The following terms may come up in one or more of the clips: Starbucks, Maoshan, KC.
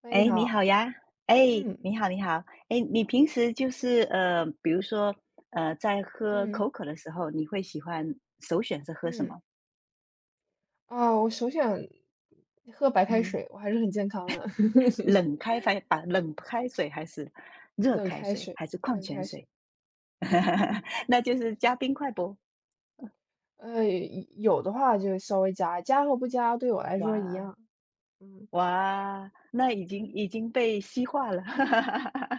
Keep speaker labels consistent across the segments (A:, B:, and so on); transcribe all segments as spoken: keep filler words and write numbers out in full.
A: 喂，你
B: 哎，你
A: 好。
B: 好呀！哎，
A: 嗯
B: 你好，你好。哎，你平时就是
A: 嗯
B: 呃，比如说呃，在喝
A: 嗯
B: 口渴的时候，你会喜欢首选是喝什
A: 嗯。
B: 么？
A: 啊，我首选喝白开
B: 嗯，
A: 水，我还是很健康的，
B: 冷开发把冷开水还是热
A: 冷
B: 开
A: 开
B: 水
A: 水，
B: 还是矿
A: 冷
B: 泉
A: 开水。
B: 水？
A: 嗯，
B: 那就是
A: 是，
B: 加冰块不？
A: 呃，有的话就稍微加，加和不加对我来说一
B: 哇
A: 样。嗯
B: 哇，那已经
A: 嗯，
B: 已经被西化了。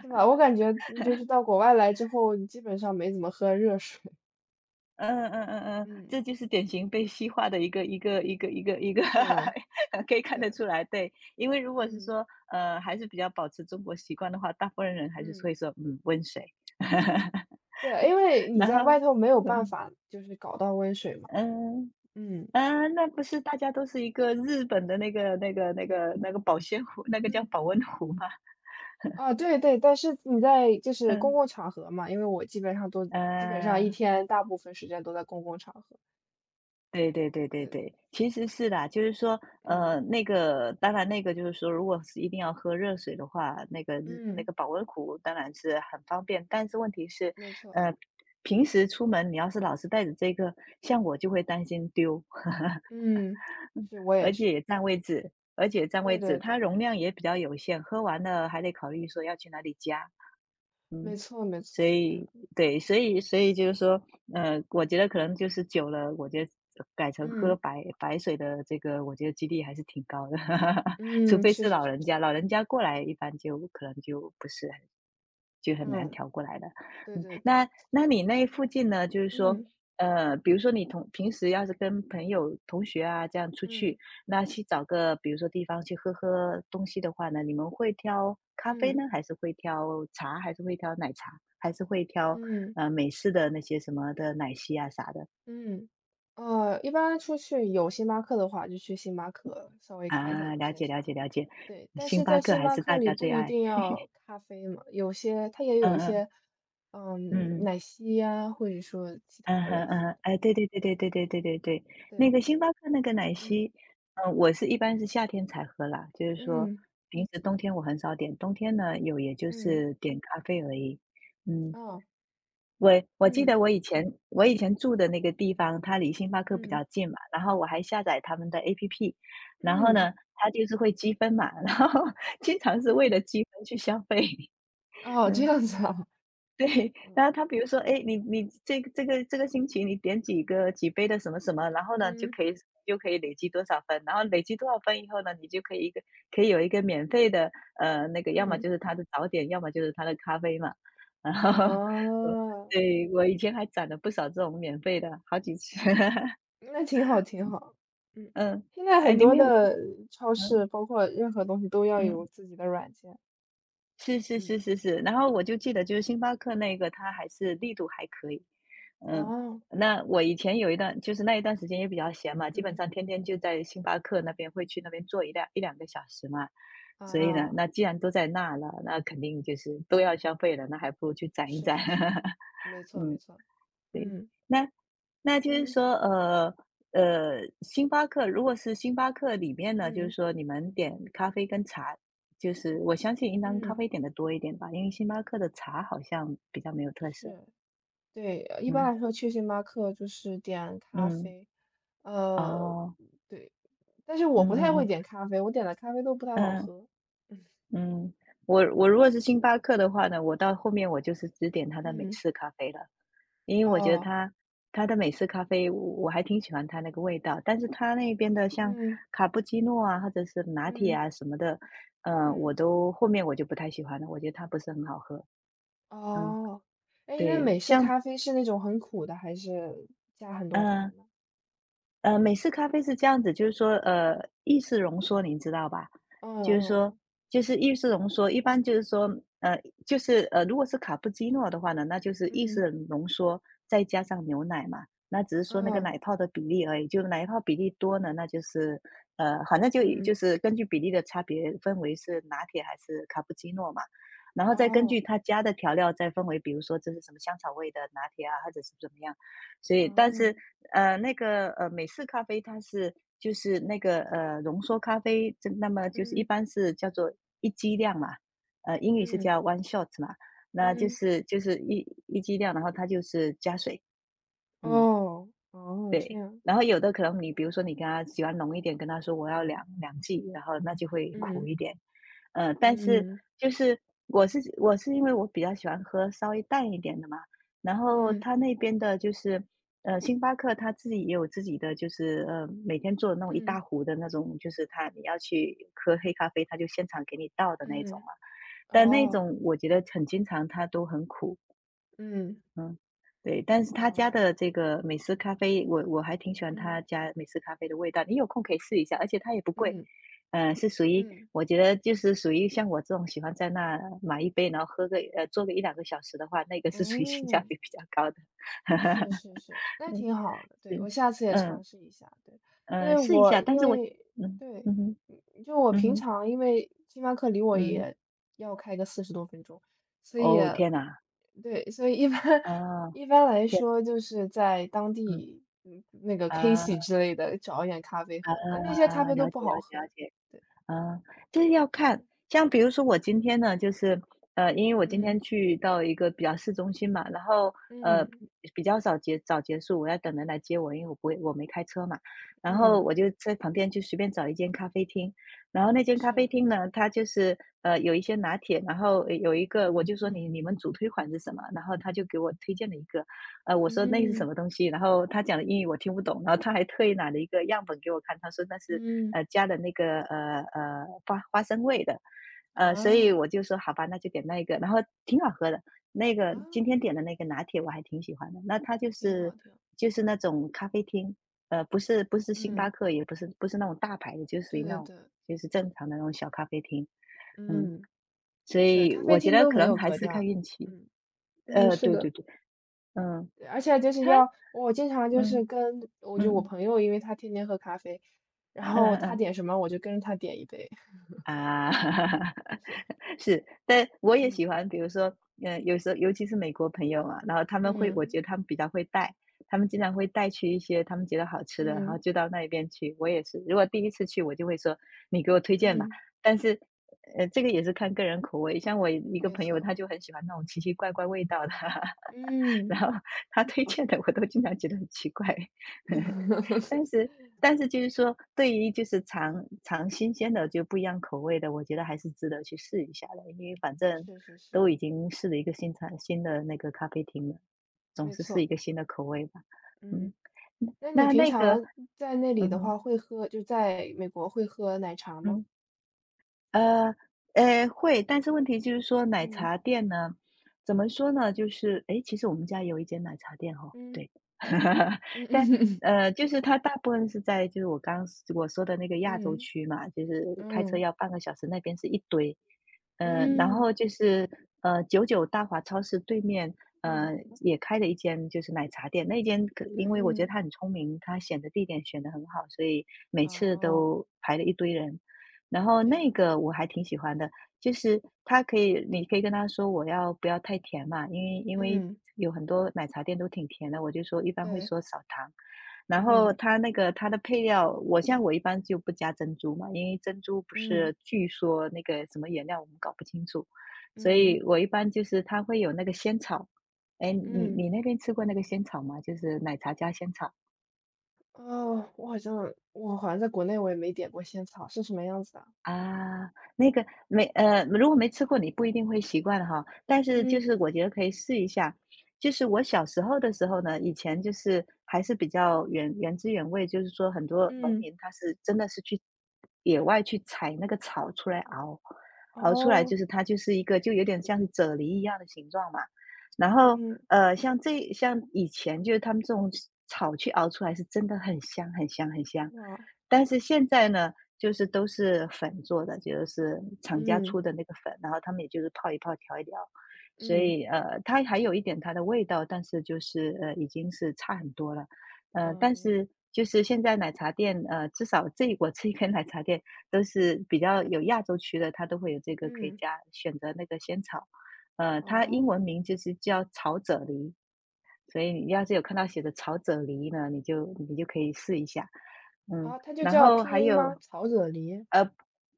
A: 是 吧？我感觉嗯就是到国外来之后，基本上没怎么喝热水。
B: 嗯嗯嗯嗯，
A: 嗯，
B: 这就是典型被西化的一个一个一个一个一个
A: 是吧？
B: 可以看
A: 对，
B: 得出来，对，因为如果是
A: 嗯
B: 说，呃，还是比较保持中国习惯的话，大部分人还是
A: 嗯，
B: 会说，嗯，温水，
A: 对，因为你
B: 然
A: 在
B: 后，
A: 外头没有办
B: 嗯
A: 法就是搞到温水嘛。
B: 嗯
A: 嗯
B: 啊，那不是大家都是一个日本的那个那个那个那个保鲜壶，那个叫
A: 嗯。
B: 保温壶吗？
A: 啊，对对，但是你在就是公
B: 嗯
A: 共场合嘛，因为我基本上都基本上一
B: 呃。
A: 天大部分时间都在公共场合。
B: 对对对对
A: 对对，
B: 对，其实是啦，就是说，呃，
A: 嗯
B: 那个当然那个就是说，如果是一定要喝热水的话，那个日那
A: 嗯，
B: 个保温壶当然是很方便，但是问题是，
A: 没错。
B: 呃，平时出门你要是老是带着这个，像我就会担心丢，
A: 嗯，是我也
B: 而且
A: 是。
B: 也占位置，而且占位
A: 对
B: 置，
A: 对
B: 它
A: 对，
B: 容量也比较有限，喝完了还得考虑说要去哪里加。
A: 没错没
B: 所
A: 错，对。
B: 以对，所以所以就是说，呃，我觉得可能就是久了，我觉得改成喝
A: 嗯
B: 白白水的这个，我觉得几率还是挺高的，除
A: 嗯，
B: 非
A: 是
B: 是
A: 是
B: 老
A: 是。
B: 人家，老人家过来一般就可能就不是很就很难
A: 嗯，
B: 调过来的。
A: 对
B: 嗯，
A: 对对，
B: 那那你那附近呢？就是说，
A: 嗯
B: 呃，比如说你同平时要是跟朋友、同学啊这样出去，
A: 嗯
B: 那去找个比如说地方去喝喝东西的话呢，你们会挑咖啡
A: 嗯
B: 呢，还是会挑茶，还是会挑奶茶，还是会挑
A: 嗯
B: 呃美式的那些什么的奶昔啊啥的？
A: 嗯，呃，一般出去有星巴克的话，就去星巴克稍微看一下
B: 啊，
A: 有
B: 了
A: 些
B: 解了
A: 啥。
B: 解了解，
A: 对，但
B: 星
A: 是
B: 巴
A: 在
B: 克
A: 星
B: 还
A: 巴
B: 是
A: 克
B: 大
A: 里
B: 家
A: 不
B: 最
A: 一
B: 爱。
A: 定要咖啡嘛，有些它也
B: 嗯
A: 有一
B: 嗯
A: 些，
B: 嗯
A: 嗯，
B: 嗯
A: 奶昔呀，或者说其
B: 嗯
A: 他
B: 哼
A: 类
B: 嗯
A: 型
B: 哼，
A: 的。
B: 哎，对对对对对对对对对，那
A: 对，
B: 个星巴克那个奶昔，
A: 嗯
B: 嗯、我是一般是夏天才喝啦，就是说
A: 嗯
B: 平时冬天我很少点，冬天呢有也就
A: 嗯，
B: 是点咖啡而已。嗯，
A: 哦，
B: 我我记
A: 嗯
B: 得我以前我以前住的那个地方，它离星巴克比较
A: 嗯
B: 近嘛，然后我还下载他们的 A P P，然后呢，
A: 嗯
B: 它就是会积分嘛，然后 经常是为
A: 嗯，
B: 了积分去消费，
A: 哦，这
B: 嗯。
A: 样子啊。
B: 对，然后他比如说，哎，你你这个这个这个星期你点几个几杯的什么什么，然后 呢就
A: 嗯
B: 可以就可以累积多少分，然后累积多少分以后呢，你就可以一个可以有一个免费的呃那个，要么就
A: 嗯，
B: 是他的早点，要么就是他的咖啡嘛。然后 我
A: 哦，
B: 对我以前还攒了不少这种免费的，好几次。
A: 那挺好挺好。嗯，
B: 嗯，
A: 现在
B: 哎，
A: 很
B: 你
A: 多
B: 没有像
A: 的超
B: 嗯
A: 市，包括任何东西都要
B: 嗯。
A: 有自己的软件。
B: 是是
A: 嗯，
B: 是是是，然后我就记得就是星巴克那个它还是力度还可以，嗯，
A: 哦，
B: 那我以前有一段就是那一段时间也比较闲嘛，基本
A: 嗯
B: 上天天就在星巴克那边会去那边坐一两一两个小时嘛，所以呢，
A: 啊，
B: 那既然都在那了，那肯定就是都要消费了，那还不如去攒一
A: 是
B: 攒，
A: 是是，没错没
B: 嗯。
A: 错。
B: 对，
A: 嗯，
B: 那那就是
A: 嗯，
B: 说，呃呃，星巴克如果是星巴克里面呢，就是
A: 嗯，
B: 说你们点咖啡跟茶，就是我相信应当咖
A: 嗯，
B: 啡点的多一点吧，因为星巴克的茶好像比较没有特色。
A: 是，对，呃一
B: 嗯
A: 般来说去星巴克就是点咖
B: 嗯，
A: 啡。呃，
B: 哦，
A: 对，但是我
B: 嗯
A: 不太
B: 嗯
A: 会点
B: 嗯
A: 咖啡，我点的咖啡都不太好
B: 嗯
A: 喝。
B: 嗯，我我如果是星巴克的话呢，我到后面我就是只点它的美
A: 嗯，
B: 式咖啡了。因为我觉得
A: 哦，
B: 它它的美式咖啡，我我还挺喜欢它那个味道，但是它那边的像
A: 嗯，
B: 卡布奇诺啊，或者是拿铁
A: 嗯，
B: 啊什么的，嗯，我
A: 嗯，
B: 都后面我就不太喜欢了，我觉得它不是很好喝。嗯，
A: 哦。哎，那
B: 对，
A: 美式
B: 像
A: 咖啡是那种很苦的，还是加很
B: 嗯、
A: 多
B: 呃
A: 糖的？
B: 呃，美式咖啡是这样子，就是说，呃，意式浓缩您知道吧？
A: 嗯
B: 就是说，
A: 嗯
B: 就是意式浓缩，一般就是说，呃，就是呃，如果是卡布奇诺的话呢，那就是意
A: 嗯
B: 式浓缩再加上牛奶嘛，那只是说那个
A: 嗯
B: 奶泡的比例而已，就奶泡比例多呢，那就是呃，反正就就
A: 嗯，
B: 是根据比例的差别分为是拿铁还是卡布奇诺嘛，然后再根
A: 哦，
B: 据它加的调料再分为，比如说这是什么香草味的拿铁啊，或者是怎么样。所以，但
A: 哦，
B: 是呃，那个呃，美式咖啡它是就是那个呃浓缩咖啡，这那么就是一
A: 嗯
B: 般是叫做一剂量嘛，呃，英语是
A: 嗯
B: 叫 one shot 嘛，那就
A: 嗯，
B: 是就是一一剂量，然后它就是加水，嗯。
A: 哦哦，这
B: 对，
A: 样。
B: 然后有的可能你比如说你跟他喜欢浓一点，跟他说我要两两剂，然后那就会苦
A: 嗯，
B: 一点。呃，但是
A: 嗯，
B: 就是我是我是因为我比较喜欢喝稍微淡一点的嘛，然后
A: 嗯，
B: 他那边的就是呃，星巴克他自己也有自己的，就是呃，每天做的那种一大
A: 嗯，
B: 壶的那种，就是他你要去喝黑咖啡，他就现场给你倒的那种
A: 嗯，
B: 嘛。但那
A: 哦，
B: 种我觉得很经常，它都很苦，
A: 嗯，
B: 嗯，对，但是他家
A: 哦，
B: 的这个美式咖啡，我我还挺喜欢他
A: 嗯，
B: 家美式咖啡的味道，你有空可以试一下，而且它也不贵，
A: 嗯，
B: 呃，是属于
A: 嗯，
B: 我觉得就是属于像我这种喜欢在那买一杯，然后喝个呃坐个一两个小时的话，那个是属于性价
A: 哦。
B: 比比较高的，
A: 是 是是，那
B: 嗯
A: 挺好的，对，
B: 是，
A: 我下次也
B: 嗯
A: 尝试一下，对。因
B: 呃
A: 为
B: 试一
A: 我
B: 下，但
A: 因
B: 是我
A: 为
B: 嗯
A: 对，
B: 嗯哼
A: 嗯就我
B: 嗯
A: 平
B: 哼
A: 常因为星巴克离我
B: 嗯，
A: 也要开个四十多分钟，所以
B: 哦天呐，
A: 对，所以一般
B: 啊
A: 一般来
B: 天，
A: 说就是在当
B: 嗯
A: 地，嗯，那个
B: 啊
A: K C 之类的找一点咖啡喝，但那些咖
B: 啊，
A: 啡都
B: 了解
A: 不
B: 了
A: 好
B: 解了
A: 喝。
B: 解。
A: 对，
B: 啊，这要看，
A: 嗯，
B: 像比如说我今天呢，就是呃，因为我今天
A: 嗯，
B: 去到一个比较市中心嘛，然后呃
A: 嗯，
B: 比较早结早结束，我要等人来接我，因为我不会我没开车嘛，然后
A: 嗯，
B: 我就在旁边就随便找一间咖啡厅，然后那间咖啡
A: 是，
B: 厅呢，它就是呃有一些拿铁，然后有一个我就说
A: 嗯，
B: 你你们主推款是什么，然后他就给我推荐了一个。呃，我说那是什
A: 嗯，
B: 么东西，然后他讲的英语我听不懂，然后他还特意拿了一个样本给我看，他说那是
A: 嗯，
B: 呃加的那个呃呃花花生味的，呃，所以
A: 啊，
B: 我就说好吧，那就点那个，然后挺好喝的，那个
A: 啊，
B: 今天点的那个拿铁我还挺喜欢的，那它就
A: 挺
B: 是
A: 好挺好。
B: 就是那种咖啡厅，呃，不是不是星巴
A: 嗯，
B: 克，也不是不是那种大牌的，就属
A: 对
B: 于那
A: 对
B: 种
A: 对，
B: 就是正常的那种小咖啡厅，嗯，
A: 嗯，
B: 所
A: 是，
B: 以
A: 咖
B: 我
A: 啡
B: 觉
A: 厅
B: 得
A: 都
B: 可
A: 很
B: 能
A: 有
B: 还
A: 格
B: 是
A: 调
B: 看
A: 的。
B: 运气，
A: 嗯。嗯，
B: 呃，
A: 是
B: 对
A: 的。
B: 对对，嗯，
A: 而且就是
B: 他
A: 要我经常就
B: 嗯。
A: 是跟我就我
B: 嗯，
A: 朋友，因为他天天喝咖啡，然
B: 嗯
A: 后
B: 嗯
A: 他
B: 嗯，
A: 点什么我就跟着他点一杯。
B: 啊，
A: 是，
B: 是，但我也
A: 嗯
B: 喜欢，比如说，嗯，有时候尤其是美国朋友啊，然后他们会，我觉
A: 嗯
B: 得他们比较会带，他们经常会带去一些他们觉得好吃的，然后
A: 嗯
B: 就到那边去。我也是，如果第一次去，我就会说你给我推荐吧。
A: 嗯，
B: 但是，呃，这个也是看个人口味。像我一个
A: 没
B: 朋友，
A: 错，
B: 他就很喜欢那种奇奇怪怪味道的，
A: 嗯，
B: 然后他推荐的我都经常觉得很奇怪。但 是但是就是说，对于就是尝尝新鲜的就不一样口味的，我觉得还是值得去试一下的，因为反正
A: 是是是，
B: 都已经试了一个新产新的那个咖啡厅了，总
A: 没
B: 是试一
A: 错。
B: 个新的口味吧。
A: 嗯。
B: 嗯，
A: 那
B: 那
A: 你
B: 那
A: 平
B: 那个
A: 常在那里
B: 嗯
A: 的
B: 哼，
A: 话，会喝就在美国会喝奶茶吗？
B: 嗯。呃，诶，会，但是问题就是说奶
A: 嗯
B: 茶店呢，怎么说呢？就是，诶，其实我们家有一间奶茶店哦，
A: 嗯
B: 对，
A: 嗯
B: 但
A: 嗯嗯嗯
B: 呃，就是它大部分是在就是我刚我说的那个亚洲
A: 嗯。
B: 区嘛，就是开车
A: 嗯
B: 要半个小时，那边是一堆，呃，然
A: 嗯，
B: 后就是呃，九九大华超市对面，呃，
A: 嗯，
B: 也开了一间就是奶茶店，那间可因为我觉得
A: 嗯，
B: 他很聪明，他选的地点选的很好，所以每次
A: 哦，
B: 都排了一堆人。然后
A: 这
B: 那
A: 样子，
B: 个我还挺喜欢的，就是它可以你可以跟他说我要不要太甜嘛，因为因为
A: 嗯，
B: 有很多奶茶店都挺甜的，我就说一般会
A: 对，
B: 说少糖。然后
A: 嗯，
B: 它那个它的配料，我像我一般就不加珍珠嘛，因为珍珠不是
A: 嗯，
B: 据说那个什么原料我们搞不清楚，所以
A: 嗯，
B: 我一般就是它会有那个仙草。哎，你
A: 嗯，
B: 你那边吃过那个仙草吗？就是奶茶加仙草。
A: 哦，我好像我好像在国内我也没点过仙草，是什么样子的？
B: 啊，那个没呃，如果没吃过，你不一定会习惯哈。但是就
A: 嗯，
B: 是我觉得可以试一下。就是我小时候的时候呢，以前就是还是比较原原汁原味，就是说很多农
A: 嗯，
B: 民他是真的是去野外去采那个草出来熬，熬出来就
A: 哦，
B: 是它就是一个就有点像是啫喱一样的形状嘛。然后
A: 嗯，
B: 呃，像这像以前就是他们这种草去熬出来是真的很香很香很香。
A: 哇，
B: 但是现在呢，就是都是粉做的，就是厂家出
A: 嗯，
B: 的那个粉，然后他们也就是泡一泡、调一调，所
A: 嗯，
B: 以呃，它还有一点它的味道，但是就是呃，已经是差很多了。呃，但
A: 嗯，
B: 是就是现在奶茶店，呃，至少这我 这边奶茶店都是比较有亚洲区的，它都会有这个可以
A: 嗯，
B: 加选择那个仙草，呃，它英
A: 哦。
B: 文名就是叫草啫喱，所以你要是有看到写的炒啫喱"呢，你就你就可以试一下。嗯，
A: 啊，它就
B: 然
A: 叫
B: 后
A: 拼
B: 还
A: 音吗？
B: 有
A: 草惹梨。
B: 呃，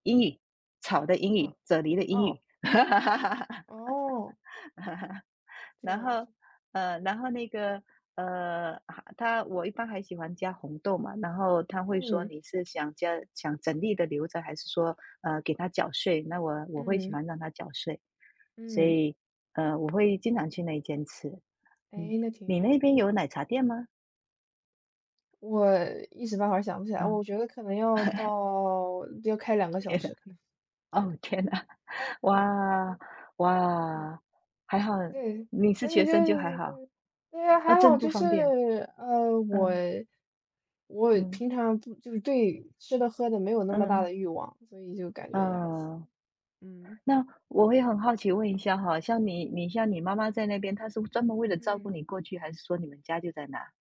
B: 英语，炒的英语，
A: 哦，
B: 啫喱的英
A: 哦，
B: 语。
A: 哦，哦，这
B: 然
A: 样
B: 后，
A: 子，
B: 呃，然后那个，呃，啊他我一般还喜欢加红豆嘛，然后他会说
A: 嗯，
B: 你是想加想整粒的留着，还是说呃给它搅碎？那我我会喜
A: 嗯，
B: 欢让它搅碎，所
A: 嗯，
B: 以呃我会经常去那一间吃。嗯，
A: 哎，那挺
B: 你
A: 好
B: 那
A: 的。
B: 边有奶茶店吗？
A: 我一时半会儿想不起来，
B: 嗯。
A: 我觉得可能要到要开两个小
B: 天呐，
A: 时，可能
B: 哦，天呐，
A: 天，
B: 哇，
A: 对，嗯，
B: 哇，还好
A: 对，
B: 你是
A: 所
B: 学
A: 以就
B: 生就还
A: 是
B: 好，
A: 对，对呀，
B: 啊，
A: 还
B: 真
A: 好
B: 不
A: 就是
B: 方便。
A: 呃，我
B: 嗯，
A: 我
B: 嗯，
A: 平常不就是对吃的喝的没有那么大
B: 嗯，
A: 的欲望，所以就感觉也还行。
B: 嗯，
A: 嗯
B: 那我会很好奇问一
A: 嗯
B: 下哈，像你你像你妈妈在那边，她是专门为了照顾
A: 嗯。
B: 你过去，还是说你们家就在那？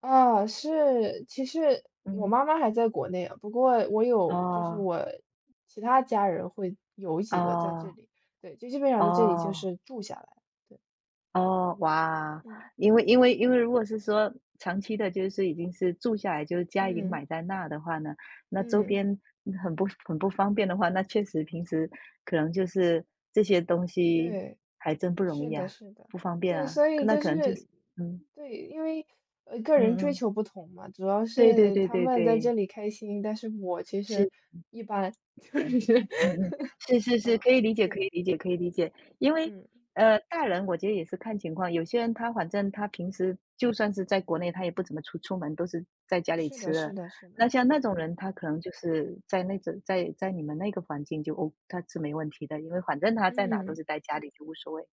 A: 啊，是，其实我
B: 嗯，
A: 妈妈还在国内啊，不过我有，就是
B: 哦，
A: 我其他家人会有几个在这
B: 哦，
A: 里，对，就基本上在这里就
B: 哦。
A: 是住下来，对，
B: 哦，哇，
A: 嗯
B: 因为因为因为如果是说长期的，就是已经是住下来，就是家已经
A: 嗯
B: 买在那的话呢，那周
A: 嗯，
B: 边嗯很不很不方便的话，那确实平时可能就是这些东西
A: 对，
B: 还真不容
A: 是
B: 易
A: 的，
B: 啊，
A: 是的，
B: 不方便
A: 对，
B: 啊，
A: 所
B: 可
A: 以
B: 那
A: 就
B: 可能就是，
A: 是，
B: 嗯
A: 对，因为呃个人
B: 嗯
A: 追
B: 嗯，
A: 求不同嘛，主要
B: 对对
A: 是
B: 对
A: 他
B: 对
A: 们在这
B: 对，
A: 里开心，但是我其
B: 是。
A: 实一般，就
B: 嗯，
A: 是
B: 嗯嗯，是是 是，可以理
A: 嗯，
B: 解可
A: 对，
B: 以理解可以理解。因为，
A: 嗯，
B: 呃，大人我觉得也是看情况，有些人他反正他平时就算是在国内，他也不怎么出出门，都是在家里
A: 是
B: 吃
A: 的，是
B: 的。
A: 的，是的，
B: 那像那种人，
A: 嗯
B: 他可能就是在那种在在你们那个环境就哦，他是没问题的，因为反正他在哪都
A: 嗯。
B: 是在家里就无所谓。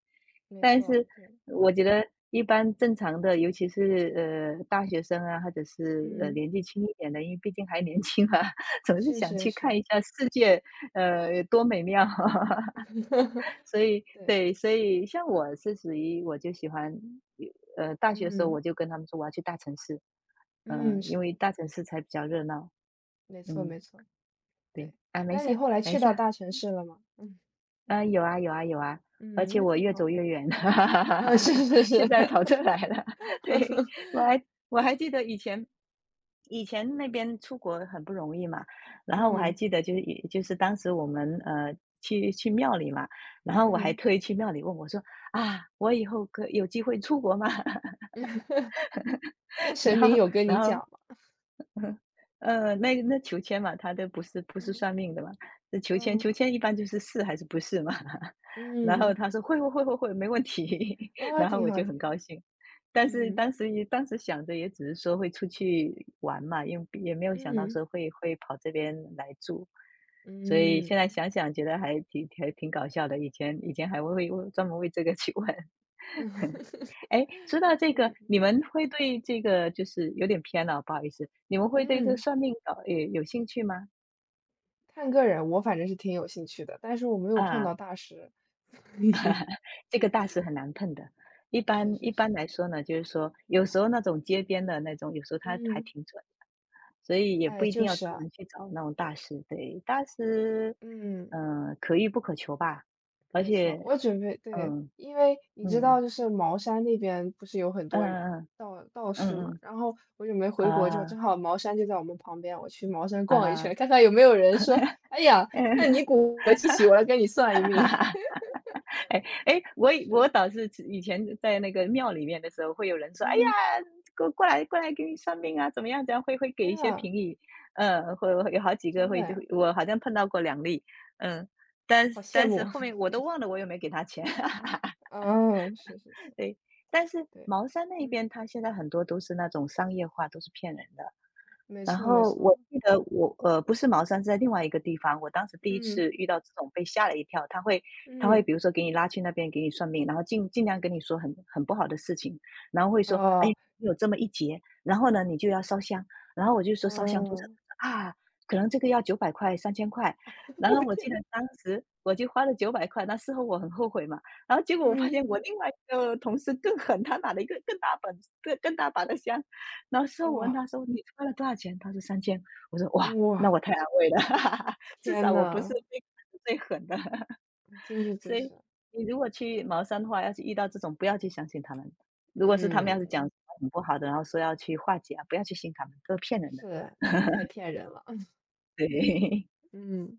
A: 没
B: 但
A: 错，
B: 是
A: 对，
B: 我觉得一般正常的，尤其是呃大学生啊，或者是呃
A: 嗯，
B: 年纪轻一点的，因为毕竟还年轻嘛，总是
A: 是
B: 想
A: 是
B: 去看
A: 是，
B: 一下世界，呃多美妙。所以
A: 对，
B: 对，所以像我是属于我就喜欢，呃大学的时候我
A: 嗯
B: 就跟他们说我要去大城市，嗯，
A: 嗯，
B: 因为
A: 是，
B: 大城市才比较热闹。
A: 没错
B: 嗯，
A: 没错，
B: 对，
A: 对。
B: 啊没
A: 那
B: 事
A: 你
B: 儿
A: 后来
B: 没
A: 去
B: 事
A: 到
B: 儿。
A: 大城市了吗？嗯
B: 呃，有啊有啊有啊，而
A: 嗯，
B: 且
A: 那
B: 我
A: 挺
B: 越走
A: 好
B: 越远，
A: 嗯，是 是是，
B: 现在跑这来了。对，我 还我还记得以前以前那边出国很不容易嘛，然后我还
A: 嗯
B: 记得就是也就是当时我们，呃，去去庙里嘛，然后我还
A: 嗯。
B: 特意去庙里问我说："啊，我以后可有机会出国吗？"
A: 那神
B: 然
A: 明
B: 后
A: 有跟
B: 然
A: 你讲
B: 后
A: 吗？
B: 呃，那那求签嘛，他都不是不是
A: 嗯
B: 算命的嘛，这求签求
A: 嗯
B: 签一般就是是还是不是嘛，然后
A: 嗯，
B: 他说会会会会会，没问题，
A: 啊，
B: 然后
A: 挺
B: 我
A: 好
B: 就很
A: 挺好，
B: 高兴，但是
A: 嗯
B: 当时也当时想着也只是说会出去玩嘛，因为也没有想到
A: 嗯
B: 说会会跑这边来住，所以
A: 嗯
B: 现在
A: 嗯
B: 想想觉得还挺还挺搞笑的，以前以前还会为专门为这个去问，哎，说到这个，
A: 嗯
B: 你们会对这个就是有点偏了，不好意思，你们会对这
A: 嗯，
B: 算命的有有兴趣吗？
A: 看个人，我反正是挺有兴趣的，但是我没有碰
B: 啊，
A: 到大师。
B: 这个大师很难碰的。一
A: 是
B: 般一
A: 是
B: 般
A: 是，
B: 来说呢，就是说有时候那种街边的那种，有时候他还
A: 嗯，
B: 挺准的，所以也
A: 哎，
B: 不一定
A: 就
B: 要
A: 是
B: 专
A: 啊，
B: 门去找那种大
A: 对，
B: 师。对，大师，
A: 嗯，
B: 嗯，可遇不可求吧。而
A: 没错，
B: 且，
A: 我准备对，
B: 嗯
A: 因为你知
B: 嗯
A: 道，就是茅山那边不是有很多人
B: 嗯
A: 道道
B: 嗯嗯
A: 士嘛，
B: 嗯嗯
A: 然后我准备回国之后，正
B: 啊
A: 好茅山就在我们旁边，我去茅山逛一
B: 啊，
A: 圈，看看有没有人说，哎呀，看
B: 嗯，
A: 你骨骼惊奇，我来跟你算一命。
B: 哎哎，我以我
A: 是，
B: 倒是以前在那个庙里面的时候，会有人说："哎呀，
A: 嗯，
B: 过过来过来，给你算命啊，怎么样？"怎样会会
A: 哎
B: 给一些
A: 呀，
B: 评语，嗯，会会有好几个
A: 真的
B: 会就
A: 呀，
B: 会我好像碰到过两例，嗯，但
A: 好
B: 是
A: 羡
B: 但是
A: 慕。
B: 后面我都忘了我有没有给他钱。
A: 嗯，是是是，
B: 对，但是
A: 对，
B: 茅山那
A: 嗯，
B: 边，他现在很多都是那种商业化，都是骗人的。
A: 没
B: 然
A: 错没
B: 后我
A: 错，
B: 记得我呃，不是茅山，是在另外一个地方。我当时第一
A: 嗯
B: 次遇到这种被吓了一跳，他会他会
A: 嗯，
B: 比如说给你拉去那边给你算命，然后尽尽量跟你说很很不好的事情，然后会说，哎，
A: 哦，
B: 有这么一劫，然后呢你就要烧香，然后我就说烧香多少
A: 嗯，
B: 啊，可能这个要九百块、三千块，然后
A: 我
B: 我记
A: 天
B: 得
A: 呐。
B: 当时我就花了九百块，那事后我很后悔嘛，然后结果我发
A: 嗯。
B: 现我另外一个同事更狠，他拿了一个更大本、更更大把的香，那时候我问
A: 哇
B: 他说："你花了多少钱？"他说三千。"我说："哇，那
A: 哇，
B: 我太安慰了，至少
A: 天
B: 我不是
A: 呐，
B: 被最狠的。
A: 就是 就
B: 所以
A: 是，
B: 你如果去茅山的话，要是遇到这种不要去相信他们。如果是他们要
A: 嗯，
B: 是讲什么很不好的，然后说要去化解啊，不要去信他们，都是骗人的。
A: 是，真的太 骗人了，
B: 对。
A: 嗯。